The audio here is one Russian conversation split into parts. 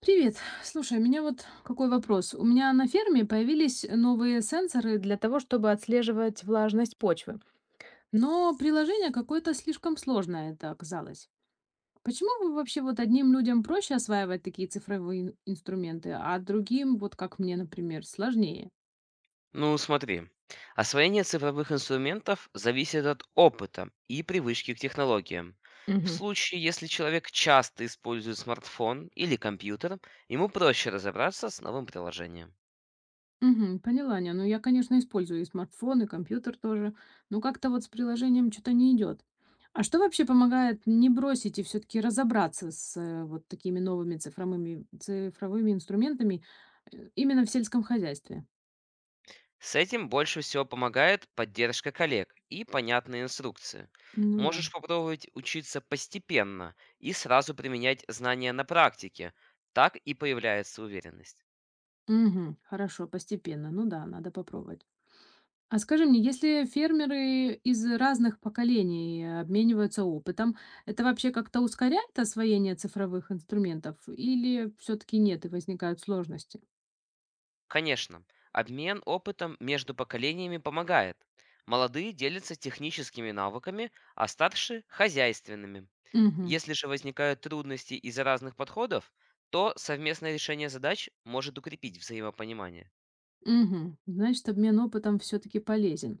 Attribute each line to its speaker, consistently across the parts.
Speaker 1: Привет. Слушай, у меня вот какой вопрос. У меня на ферме появились новые сенсоры для того, чтобы отслеживать влажность почвы. Но приложение какое-то слишком сложное это оказалось. Почему вы вообще вот одним людям проще осваивать такие цифровые инструменты, а другим, вот как мне, например, сложнее?
Speaker 2: Ну, смотри. Освоение цифровых инструментов зависит от опыта и привычки к технологиям. В случае, если человек часто использует смартфон или компьютер, ему проще разобраться с новым приложением.
Speaker 1: Мгм. Поняла, не, ну я, конечно, использую и смартфон, и компьютер тоже, но как-то вот с приложением что-то не идет. А что вообще помогает не бросить и все-таки разобраться с вот такими новыми цифровыми инструментами именно в сельском хозяйстве?
Speaker 2: С этим больше всего помогает поддержка коллег и понятные инструкции.
Speaker 1: Ну да.
Speaker 2: Можешь попробовать учиться постепенно и сразу применять знания на практике. Так и появляется уверенность.
Speaker 1: Мгм. Хорошо, постепенно. Ну да, надо попробовать. А скажи мне, если фермеры из разных поколений обмениваются опытом, это вообще как-то ускоряет освоение цифровых инструментов или все-таки нет и возникают сложности?
Speaker 2: Конечно, обмен опытом между поколениями помогает. Молодые делятся техническими навыками, а старшие– хозяйственными.
Speaker 1: Угу.
Speaker 2: Если же возникают трудности из-за разных подходов, то совместное решение задач может укрепить взаимопонимание.
Speaker 1: Угу. Значит, обмен опытом все-таки полезен.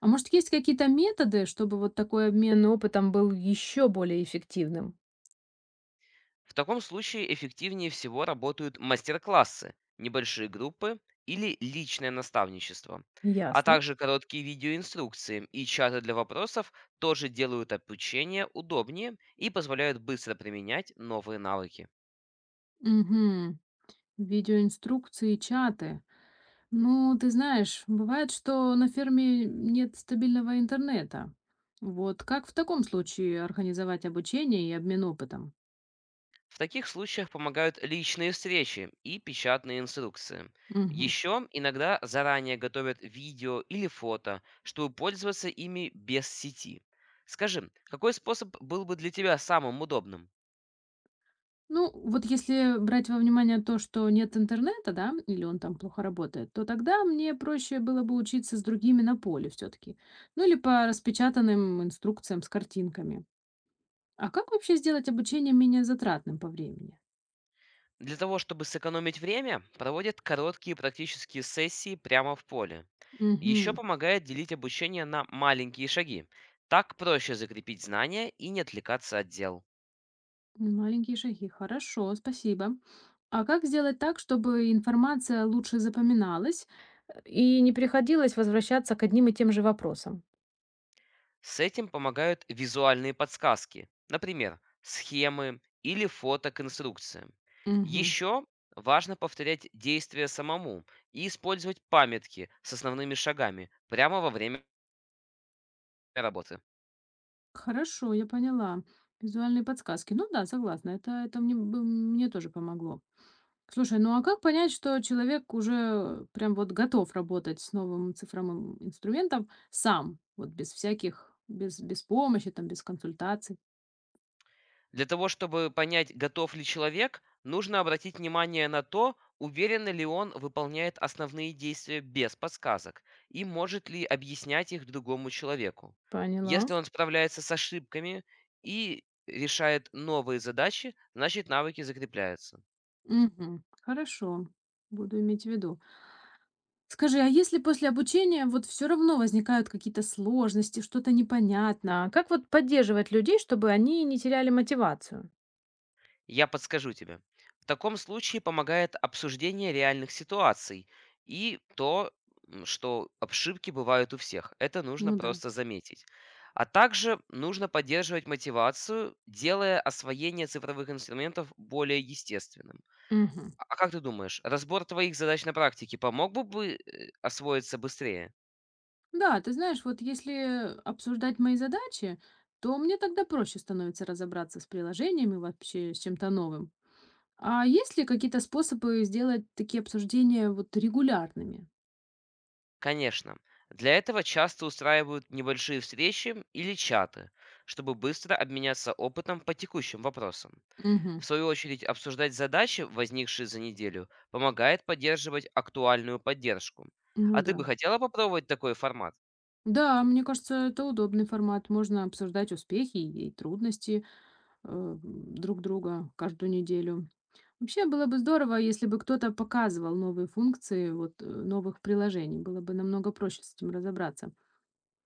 Speaker 1: А может, есть какие-то методы, чтобы вот такой обмен опытом был еще более эффективным?
Speaker 2: В таком случае эффективнее всего работают мастер-классы, небольшие группы или личное наставничество. А
Speaker 1: Ясно.
Speaker 2: также короткие видеоинструкции и чаты для вопросов тоже делают обучение удобнее и позволяют быстро применять новые навыки.
Speaker 1: Угу. Видеоинструкции, чаты. Ну, ты знаешь, бывает, что на ферме нет стабильного интернета. Вот как в таком случае организовать обучение и обмен опытом?
Speaker 2: В таких случаях помогают личные встречи и печатные инструкции.
Speaker 1: Мгм.
Speaker 2: Еще иногда заранее готовят видео или фото, чтобы пользоваться ими без сети. Скажи, какой способ был бы для тебя самым удобным?
Speaker 1: Ну, вот если брать во внимание то, что нет интернета, да, или он там плохо работает, то тогда мне проще было бы учиться с другими на поле все-таки. Ну, или по распечатанным инструкциям с картинками. А как вообще сделать обучение менее затратным по времени?
Speaker 2: Для того, чтобы сэкономить время, проводят короткие практические сессии прямо в поле. Еще
Speaker 1: Угу.
Speaker 2: помогает делить обучение на маленькие шаги. Так проще закрепить знания и не отвлекаться от дел.
Speaker 1: Маленькие шаги. Хорошо, спасибо. А как сделать так, чтобы информация лучше запоминалась? И не приходилось возвращаться к одним и тем же вопросам.
Speaker 2: С этим помогают визуальные подсказки, например, схемы или фото к инструкциям.
Speaker 1: Мгм.
Speaker 2: Еще важно повторять действия самому и использовать памятки с основными шагами прямо во время работы.
Speaker 1: Хорошо, я поняла. Визуальные подсказки. Ну да, согласна. Это мне тоже помогло. Слушай, ну а как понять, что человек уже прям вот готов работать с новым цифровым инструментом сам, вот без всяких, без помощи, там, без консультаций?
Speaker 2: Для того, чтобы понять, готов ли человек, нужно обратить внимание на то, уверенно ли он выполняет основные действия без подсказок и может ли объяснять их другому человеку.
Speaker 1: Поняла.
Speaker 2: Если он справляется с ошибками и решает новые задачи, значит навыки закрепляются.
Speaker 1: Мгм. Хорошо, буду иметь в виду. Скажи, а если после обучения вот все равно возникают какие-то сложности, что-то непонятно, как вот поддерживать людей, чтобы они не теряли мотивацию?
Speaker 2: Я подскажу тебе. В таком случае помогает обсуждение реальных ситуаций и то, что ошибки бывают у всех. Это нужно
Speaker 1: Ну да.
Speaker 2: просто заметить. А также нужно поддерживать мотивацию, делая освоение цифровых инструментов более естественным.
Speaker 1: Мгм.
Speaker 2: А как ты думаешь, разбор твоих задач на практике помог бы освоиться быстрее?
Speaker 1: Да, ты знаешь, вот если обсуждать мои задачи, то мне тогда проще становится разобраться с приложениями вообще, с чем-то новым. А есть ли какие-то способы сделать такие обсуждения вот регулярными?
Speaker 2: Конечно. Для этого часто устраивают небольшие встречи или чаты, чтобы быстро обменяться опытом по текущим вопросам. В
Speaker 1: Мгм.
Speaker 2: свою очередь, обсуждать задачи, возникшие за неделю, помогает поддерживать актуальную поддержку. А
Speaker 1: Ну
Speaker 2: ты
Speaker 1: да.
Speaker 2: бы хотела попробовать такой формат?
Speaker 1: Да, мне кажется, это удобный формат. Можно обсуждать успехи и трудности, друг друга каждую неделю. Вообще было бы здорово, если бы кто-то показывал новые функции новых приложений. Было бы намного проще с этим разобраться.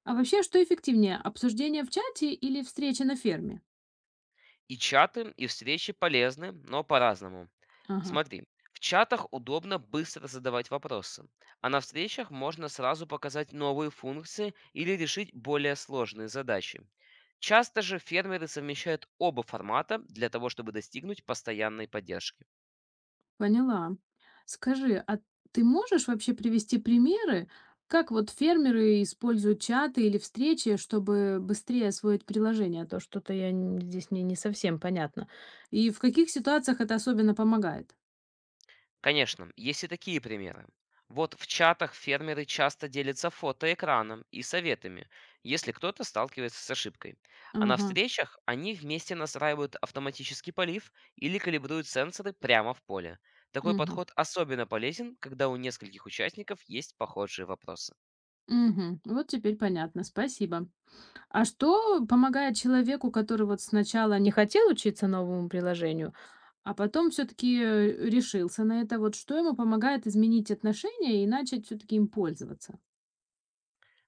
Speaker 1: А вообще, что эффективнее, обсуждение в чате или встреча на ферме?
Speaker 2: И чаты, и встречи полезны, но по-разному.
Speaker 1: Ага,
Speaker 2: Смотри, в чатах удобно быстро задавать вопросы, а на встречах можно сразу показать новые функции или решить более сложные задачи. Часто же фермеры совмещают оба формата для того, чтобы достигнуть постоянной поддержки.
Speaker 1: поняла. Скажи, а ты можешь вообще привести примеры, как вот фермеры используют чаты или встречи, чтобы быстрее освоить приложение? А то что-то здесь мне не совсем понятно. И в каких ситуациях это особенно помогает?
Speaker 2: Конечно, есть и такие примеры. Вот в чатах фермеры часто делятся фотоэкраном и советами, если кто-то сталкивается с ошибкой. А на
Speaker 1: Ага.
Speaker 2: встречах они вместе настраивают автоматический полив или калибруют сенсоры прямо в поле. Такой
Speaker 1: Мгм.
Speaker 2: подход особенно полезен, когда у нескольких участников есть похожие вопросы.
Speaker 1: Мгм. Вот теперь понятно, спасибо. А что помогает человеку, который вот сначала не хотел учиться новому приложению, а потом все-таки решился на это? Вот что ему помогает изменить отношения и начать все-таки им пользоваться?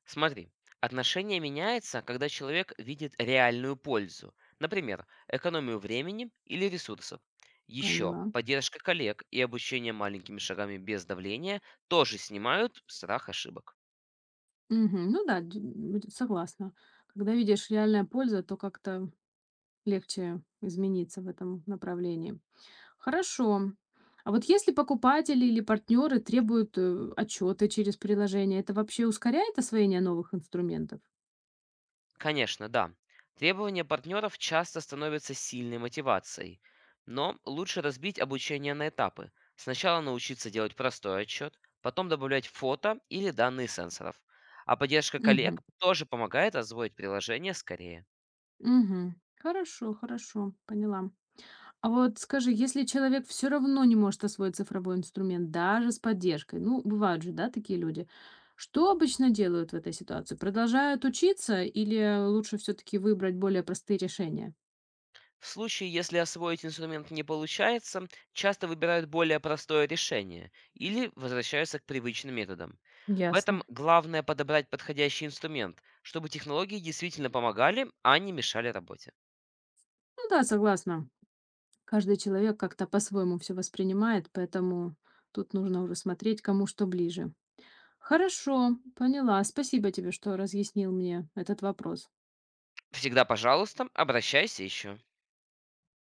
Speaker 2: Смотри, отношение меняется, когда человек видит реальную пользу, например, экономию времени или ресурсов. Еще
Speaker 1: Поняла.
Speaker 2: поддержка коллег и обучение маленькими шагами без давления тоже снимают страх ошибок.
Speaker 1: Мгм. Ну да, согласна. Когда видишь реальная польза, то как-то легче измениться в этом направлении. Хорошо. А вот если покупатели или партнеры требуют отчеты через приложение, это вообще ускоряет освоение новых инструментов?
Speaker 2: Конечно, да, требования партнеров часто становятся сильной мотивацией, но лучше разбить обучение на этапы. Сначала научиться делать простой отчет, потом добавлять фото или данные сенсоров. А поддержка коллег
Speaker 1: Мгм.
Speaker 2: тоже помогает освоить приложение скорее.
Speaker 1: Мгм. Хорошо, хорошо, поняла. А вот скажи, если человек все равно не может освоить цифровой инструмент, даже с поддержкой, ну, бывают же, да, такие люди, что обычно делают в этой ситуации? Продолжают учиться или лучше все-таки выбрать более простые решения?
Speaker 2: В случае, если освоить инструмент не получается, часто выбирают более простое решение или возвращаются к привычным методам. В этом
Speaker 1: Ясно.
Speaker 2: главное подобрать подходящий инструмент, чтобы технологии действительно помогали, а не мешали работе.
Speaker 1: Ну да, согласна. Каждый человек как-то по-своему все воспринимает, поэтому тут нужно уже смотреть, кому что ближе. Хорошо, поняла. Спасибо тебе, что разъяснил мне этот вопрос.
Speaker 2: Всегда, пожалуйста, обращайся еще.